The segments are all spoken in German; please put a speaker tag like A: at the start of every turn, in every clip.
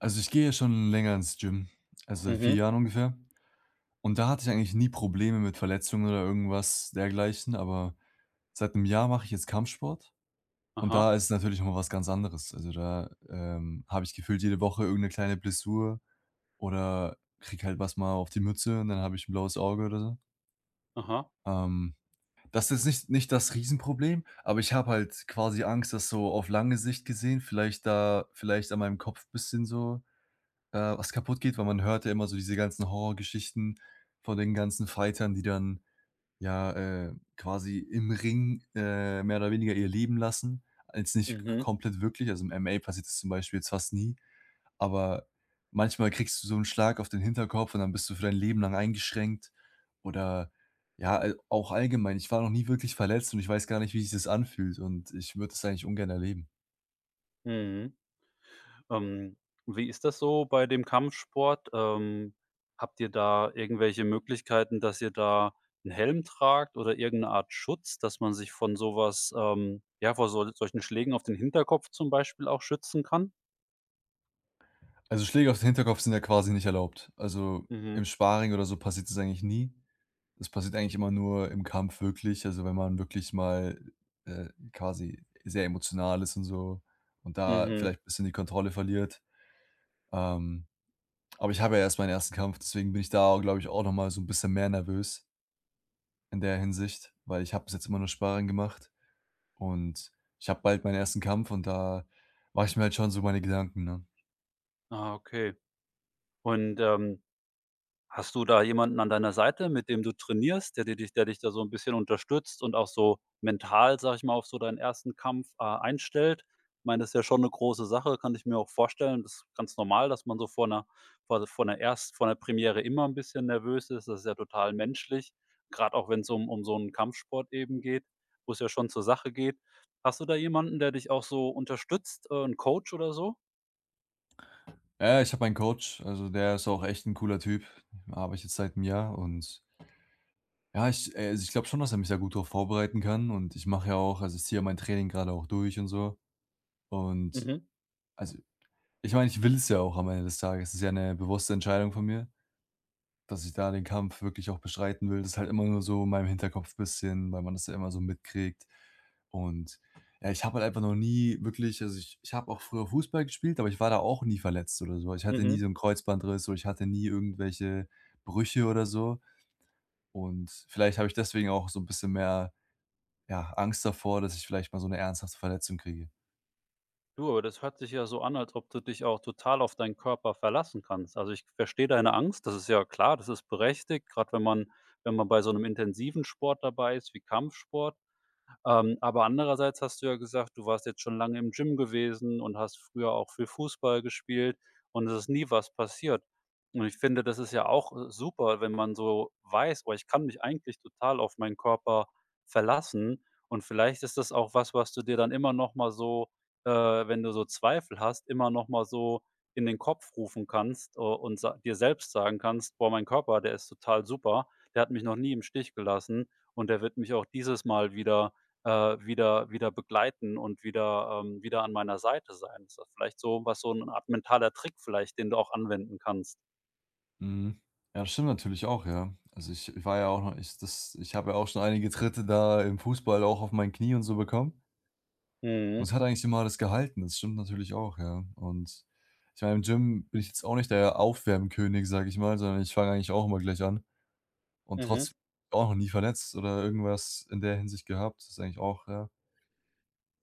A: Also, ich gehe ja schon länger ins Gym, also seit 4
B: Mhm.
A: Jahren ungefähr. Und da hatte ich eigentlich nie Probleme mit Verletzungen oder irgendwas dergleichen, aber seit einem Jahr mache ich jetzt Kampfsport und
B: Aha,
A: da ist natürlich noch mal was ganz anderes. Also, da, habe ich gefühlt jede Woche irgendeine kleine Blessur oder krieg halt was mal auf die Mütze und dann habe ich ein blaues Auge oder so.
B: aha.
A: Ähm, Das ist nicht das Riesenproblem, aber ich habe halt quasi Angst, dass so auf lange Sicht gesehen vielleicht da vielleicht an meinem Kopf ein bisschen so was kaputt geht, weil man hört ja immer so diese ganzen Horrorgeschichten von den ganzen Fightern, die dann ja, quasi im Ring, mehr oder weniger ihr Leben lassen. Jetzt nicht k
B: Mhm,
A: komplett wirklich, also, im MMA passiert das zum Beispiel jetzt fast nie, aber manchmal kriegst du so einen Schlag auf den Hinterkopf und dann bist du für dein Leben lang eingeschränkt oder ja, al auch allgemein. Ich war noch nie wirklich verletzt und ich weiß gar nicht, wie sich das anfühlt und ich würde das eigentlich ungern erleben.
B: mhm. Ähm, Wie ist das so bei dem Kampfsport? Habt ihr da irgendwelche Möglichkeiten, dass ihr da einen Helm tragt oder irgendeine Art Schutz, dass man sich von sowas, ja, vor solchen Schlägen auf den Hinterkopf zum Beispiel auch schützen kann?
A: Also, Schläge auf den Hinterkopf sind ja quasi nicht erlaubt. Also,
B: Mhm,
A: im Sparring oder so passiert das eigentlich nie. Das passiert eigentlich immer nur im Kampf wirklich. Also, wenn man wirklich mal, quasi sehr emotional ist und so und da
B: mhm.
A: vielleicht ein bisschen die Kontrolle verliert. Ähm, aber ich habe ja erst meinen ersten Kampf, deswegen bin ich da, glaube ich, auch noch mal so ein bisschen mehr nervös in der Hinsicht, weil ich habe bis jetzt immer nur Sparring gemacht und ich habe bald meinen ersten Kampf und da mache ich mir halt schon so meine Gedanken, ne?
B: Ah, okay. Und, hast du da jemanden an deiner Seite, mit dem du trainierst, der dich da so ein bisschen unterstützt und auch so mental, sag ich mal, auf so deinen ersten Kampf einstellt? Ich meine, das ist ja schon eine große Sache, kann ich mir auch vorstellen. Das ist ganz normal, dass man so vor 'ner Premiere immer ein bisschen nervös ist. Das ist ja total menschlich. Gerade auch wenn es um so einen Kampfsport eben geht, wo es ja schon zur Sache geht. Hast du da jemanden, der dich auch so unterstützt, 'n Coach oder so?
A: Ja, ja, ich habe einen Coach, also der ist auch echt ein cooler Typ. Arbeite ich jetzt seit einem Jahr und ja, ich also ich glaube schon, dass er mich da gut drauf vorbereiten kann und ich mache ja auch also ich ziehe ja mein Training gerade auch durch und so. Und
B: Mhm,
A: also, ich meine, ich will es ja auch am Ende des Tages. Es ist ja eine bewusste Entscheidung von mir. Dass ich da den Kampf wirklich auch bestreiten will, das ist halt immer nur so in meinem Hinterkopf ein bisschen, weil man das ja immer so mitkriegt. Und ja, ich habe halt einfach noch nie wirklich also, ich habe auch früher Fußball gespielt, aber ich war da auch nie verletzt oder so. Ich hatte nie
B: mhm.
A: so 'n Kreuzbandriss oder ich hatte nie irgendwelche Brüche oder so. Und vielleicht habe ich deswegen auch so ein bisschen mehr, ja, Angst davor, dass ich vielleicht mal so eine ernsthafte Verletzung kriege.
B: Du, aber das hört sich ja so an, als ob du dich auch total auf deinen Körper verlassen kannst. Also, ich verstehe deine Angst, das ist ja klar, das ist berechtigt, gerade wenn man bei so einem intensiven Sport dabei ist wie Kampfsport. Aber andererseits hast du ja gesagt, du warst jetzt schon lange im Gym gewesen und hast früher auch viel Fußball gespielt und es ist nie was passiert. Und ich finde, das ist ja auch super, wenn man so weiß: „Oh, ich kann mich eigentlich total auf meinen Körper verlassen.“ Und vielleicht ist das auch was, was du dir dann immer noch mal so wenn du so Zweifel hast, immer noch mal so in den Kopf rufen kannst, und sa dir selbst sagen kannst: „Boah, mein Körper, der ist total super. Der hat mich noch nie im Stich gelassen und der wird mich auch dieses Mal wieder äh, wieder begleiten und wieder an meiner Seite sein.“ Ist das vielleicht so was so ein Art mentaler Trick vielleicht, den du auch anwenden kannst?
A: Mhm. Ja, das stimmt natürlich auch, ja. Also, ich war ja auch noch ich das ich habe ja auch schon einige Tritte da im Fußball auch auf mein Knie und so bekommen. Und
B: Mhm.
A: es hat eigentlich immer alles gehalten. Das stimmt natürlich auch, ja. Und ich meine, im Gym bin ich jetzt auch nicht der Aufwärmkönig, sage ich mal, sondern ich fange eigentlich auch immer gleich an. Und
B: Mhm.
A: trotzdem auch noch nie verletzt oder irgendwas in der Hinsicht gehabt. Das ist eigentlich auch, ja.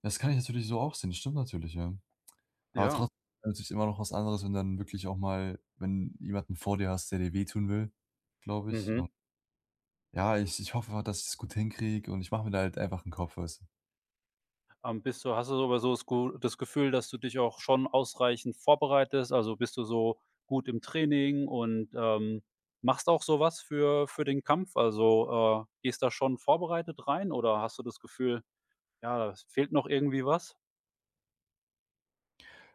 A: Das kann ich natürlich so auch sehen. Das stimmt natürlich, ja. Aber
B: Ja.
A: trotzdem ist natürlich immer noch was anderes, wenn dann wirklich auch mal, wenn jemanden vor dir hast, der dir wehtun will, glaube ich. Und
B: Mhm.
A: ja, ich hoffe, dass ich es gut hinkriege und ich mache mir da halt einfach einen Kopf, weißt du?
B: Bist du Hast du so aber so das Gu das Gefühl, dass du dich auch schon ausreichend vorbereitest? Also, bist du so gut im Training und, machst auch sowas für den Kampf? Also, gehst da schon vorbereitet rein oder hast du das Gefühl, ja, es fehlt noch irgendwie was?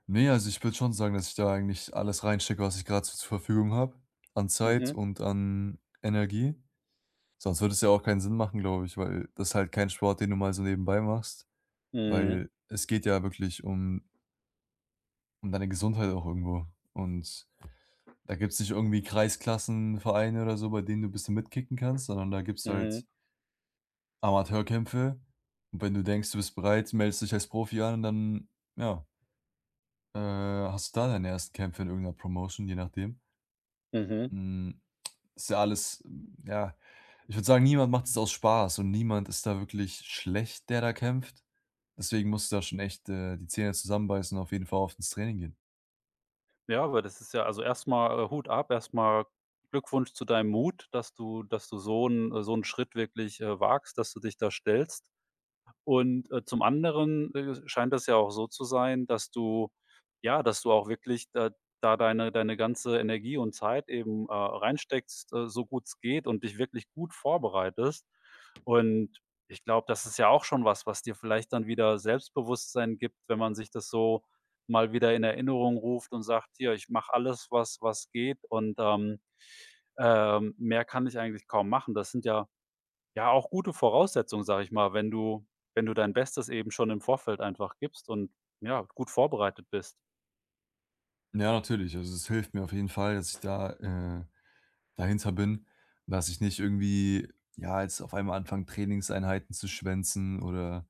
A: Nee, also ich würde schon sagen, dass ich da eigentlich alles reinstecke, was ich gerade so zur Verfügung habe, an Zeit
B: Mhm.
A: und an Energie. Sonst würde es ja auch keinen Sinn machen, glaube ich, weil das ist halt kein Sport, den du mal so nebenbei machst,
B: Mhm.
A: weil es geht ja wirklich um deine Gesundheit auch irgendwo. Und da gibt es nicht irgendwie Kreisklassen, Vereine oder so, bei denen du ein bisschen mitkicken kannst, sondern da gibt es
B: Mhm.
A: halt Amateurkämpfe. Und wenn du denkst, du bist bereit, meldest dich als Profi an und dann, ja, hast du da deine ersten Kämpfe in irgendeiner Promotion, je nachdem.
B: Mhm.
A: Hm, ist ja alles ja, ich würde sagen, niemand macht es aus Spaß und niemand ist da wirklich schlecht, der da kämpft. Deswegen musst du da schon echt, die Zähne zusammenbeißen und auf jeden Fall oft ins Training gehen.
B: Ja, aber das ist ja also erstmal Hut ab, erstmal Glückwunsch zu deinem Mut, dass du so 'n Schritt wirklich wagst, dass du dich da stellst. Und, zum anderen, scheint das ja auch so zu sein, dass du auch wirklich da deine ganze Energie und Zeit eben, reinsteckst so gut es geht und dich wirklich gut vorbereitest. Und ich glaube, das ist ja auch schon was, was dir vielleicht dann wieder Selbstbewusstsein gibt, wenn man sich das so mal wieder in Erinnerung ruft und sagt: „Hier, ich mache alles, was was geht und, mehr kann ich eigentlich kaum machen.“ Das sind ja ja, auch gute Voraussetzung, sage ich mal, wenn du dein Bestes eben schon im Vorfeld einfach gibst und, ja, gut vorbereitet bist.
A: Ja, natürlich. Also, es hilft mir auf jeden Fall, dass ich da, äh, dahinter bin, dass ich nicht irgendwie, ja, jetzt auf einmal anfange, Trainingseinheiten zu schwänzen oder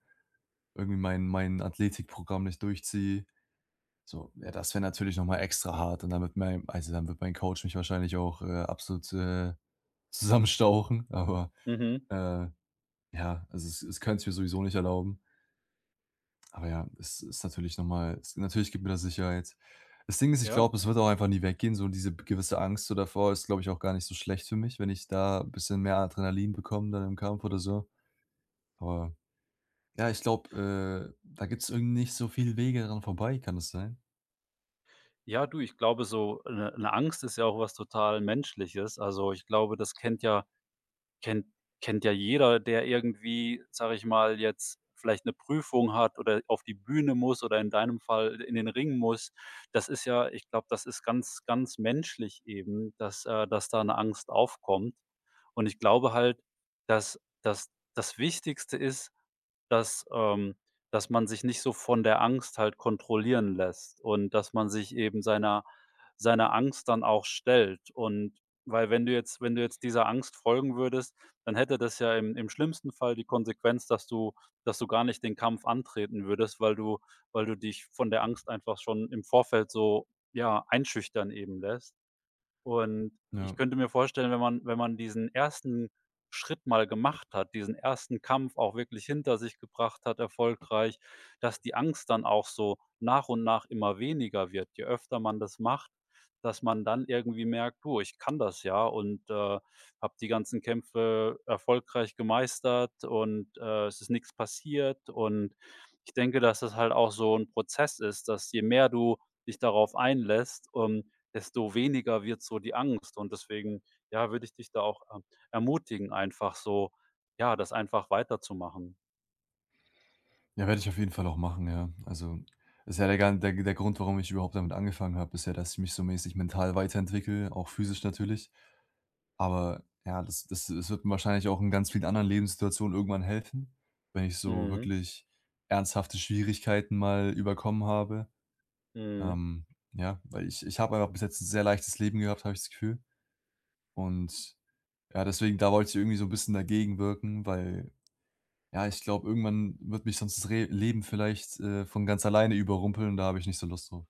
A: irgendwie mein Athletikprogramm nicht durchziehe. So, ja, das wäre natürlich noch mal extra hart und dann wird dann wird mein Coach mich wahrscheinlich auch, absolut, zusammenstauchen, aber
B: Mhm,
A: Äh, ja, also es könnte ich mir sowieso nicht erlauben. Aber ja, es ist natürlich noch mal es natürlich gibt mir das Sicherheit. Das Ding ist, ich
B: ja.
A: glaube, es wird auch einfach nie weggehen, so diese gewisse Angst so davor ist, glaube ich, auch gar nicht so schlecht für mich, wenn ich da ein bisschen mehr Adrenalin bekomme dann im Kampf oder so. Aber ja, ich glaube, da gibt es irgendwie nicht so viel Wege dran vorbei, kann es sein?
B: Ja, du, ich glaube so eine 'ne Angst ist ja auch was total Menschliches. Also, ich glaube, das kennt kennt ja jeder, der irgendwie, sage ich mal, jetzt vielleicht eine Prüfung hat oder auf die Bühne muss oder in deinem Fall in den Ring muss. Das ist ja ich glaube, das ist ganz, ganz menschlich eben, dass dass da eine Angst aufkommt. Und ich glaube halt, dass das Wichtigste ist, dass dass man sich nicht so von der Angst halt kontrollieren lässt und dass man sich eben seiner Angst dann auch stellt. Und weil wenn du jetzt dieser Angst folgen würdest, dann hätte das ja im schlimmsten Fall die Konsequenz, dass du gar nicht den Kampf antreten würdest, weil du dich von der Angst einfach schon im Vorfeld so, ja, einschüchtern eben lässt. Und
A: Ja.
B: ich könnte mir vorstellen, wenn man diesen ersten Schritt mal gemacht hat, diesen ersten Kampf auch wirklich hinter sich gebracht hat erfolgreich, dass die Angst dann auch so nach und nach immer weniger wird. Je öfter man das macht, dass man dann irgendwie merkt: „Du, ich kann das ja und, habe die ganzen Kämpfe erfolgreich gemeistert und, es ist nichts passiert.“ Und ich denke, dass das halt auch so ein Prozess ist, dass je mehr du dich darauf einlässt, desto weniger wird so die Angst. Und deswegen, ja, würde ich dich da auch, ermutigen, einfach so, ja, das einfach weiterzumachen.
A: Ja, werde ich auf jeden Fall auch machen, ja. Also, ist ja der gan der der Grund, warum ich überhaupt damit angefangen habe, ist ja, dass ich mich so mäßig mental weiterentwickle, auch physisch natürlich. Aber ja, das wird mir wahrscheinlich auch in ganz vielen anderen Lebenssituationen irgendwann helfen, wenn ich so
B: Mhm,
A: wirklich ernsthafte Schwierigkeiten mal überkommen habe.
B: mhm.
A: Ähm, ja, weil ich habe einfach bis jetzt ein sehr leichtes Leben gehabt, habe ich das Gefühl. Und ja, deswegen da wollte ich irgendwie so ein bisschen dagegen wirken, weil, ja, ich glaube, irgendwann wird mich sonst das Re Leben vielleicht, von ganz alleine überrumpeln und da habe ich nicht so Lust drauf.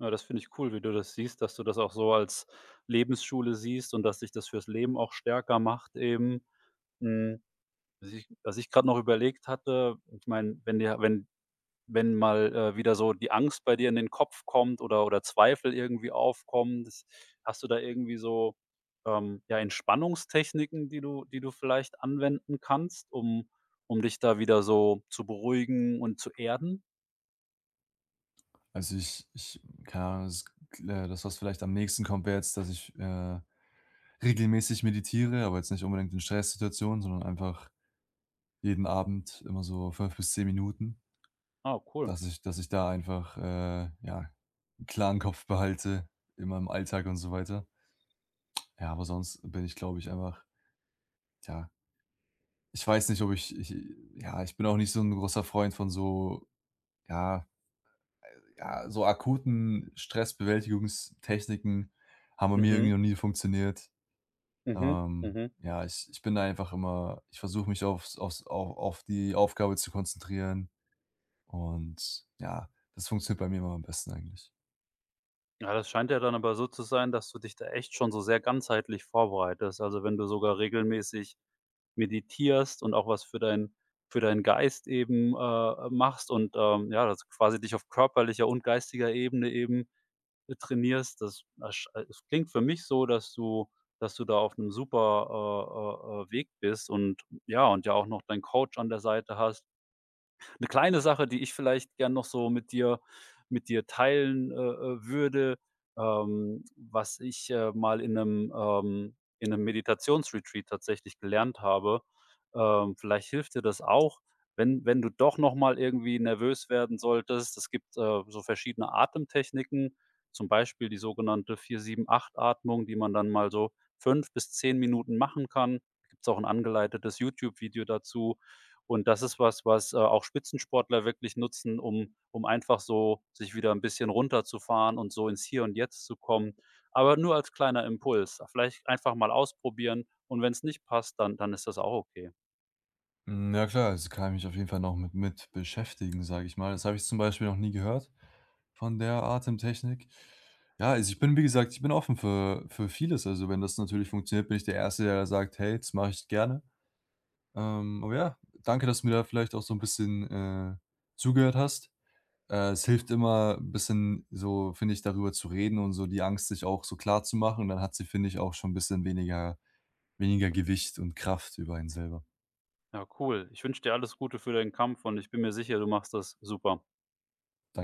B: Ja, das finde ich cool, wie du das siehst, dass du das auch so als Lebensschule siehst und dass dich das fürs Leben auch stärker macht eben. Hm, was ich grad noch überlegt hatte, ich meine, wenn dir wenn wenn mal, wieder so die Angst bei dir in den Kopf kommt oder Zweifel irgendwie aufkommen, das hast du da irgendwie so, ja, Entspannungstechniken, die du vielleicht anwenden kannst, um dich da wieder so zu beruhigen und zu erden?
A: Also, ich ich keine Ahnung, das, was vielleicht am nächsten kommt, wäre jetzt, dass ich, regelmäßig meditiere, aber jetzt nicht unbedingt in Stresssituationen, sondern einfach jeden Abend immer so 5 bis 10 Minuten,
B: Ah, cool.
A: dass ich da einfach, ja, 'n klaren Kopf behalte in meinem Alltag und so weiter. Ja, aber sonst bin ich, glaube ich, einfach ja, ich weiß nicht, ob ich ich ja, ich bin auch nicht so ein großer Freund von so ja ja, so akuten Stressbewältigungstechniken haben bei mir irgendwie
B: Mhm,
A: noch nie funktioniert.
B: mhm,
A: Ähm,
B: mhm.
A: ja, ich ich bin da einfach immer ich versuche mich auf die Aufgabe zu konzentrieren und ja, das funktioniert bei mir immer am besten eigentlich.
B: Ja, das scheint ja dann aber so zu sein, dass du dich da echt schon so sehr ganzheitlich vorbereitest. Also, wenn du sogar regelmäßig meditierst und auch was für deinen Geist eben, machst und, ja, dass du quasi dich auf körperlicher und geistiger Ebene eben, trainierst. Das ersch es klingt für mich so, dass du da auf einem super, Weg bist und ja auch noch deinen Coach an der Seite hast. Eine kleine Sache, die ich vielleicht gern noch so mit dir teilen würde, was ich, mal in einem in einem Meditationsretreat tatsächlich gelernt habe. Vielleicht hilft dir das auch, wenn du doch noch mal irgendwie nervös werden solltest. Es gibt, so verschiedene Atemtechniken, zum Beispiel die sogenannte 4-7-8-Atmung, die man dann mal so 5 bis 10 Minuten machen kann. Gibt's auch ein angeleitetes YouTube-Video dazu. Und das ist was, was, auch Spitzensportler wirklich nutzen, um einfach so sich wieder ein bisschen runterzufahren und so ins Hier und Jetzt zu kommen. Aber nur als kleiner Impuls. Vielleicht einfach mal ausprobieren und wenn es nicht passt, dann ist das auch okay.
A: Hm, ja klar, also, kann ich mich auf jeden Fall noch mit beschäftigen, sage ich mal. Das habe ich zum Beispiel noch nie gehört von der Atemtechnik. Ja, also, ich bin wie gesagt ich bin offen für vieles. Also, wenn das natürlich funktioniert, bin ich der Erste, der da sagt: „Hey, das mache ich gerne.“ Aber ja, danke, dass du mir da vielleicht auch so ein bisschen, zugehört hast. Es hilft immer ein bisschen so, finde ich, darüber zu reden und so die Angst sich auch so klar zu machen. Dann hat sie, finde ich, auch schon ein bisschen weniger Gewicht und Kraft über einen selber.
B: Ja, cool. Ich wünsche dir alles Gute für deinen Kampf und ich bin mir sicher, du machst das super.
A: Danke.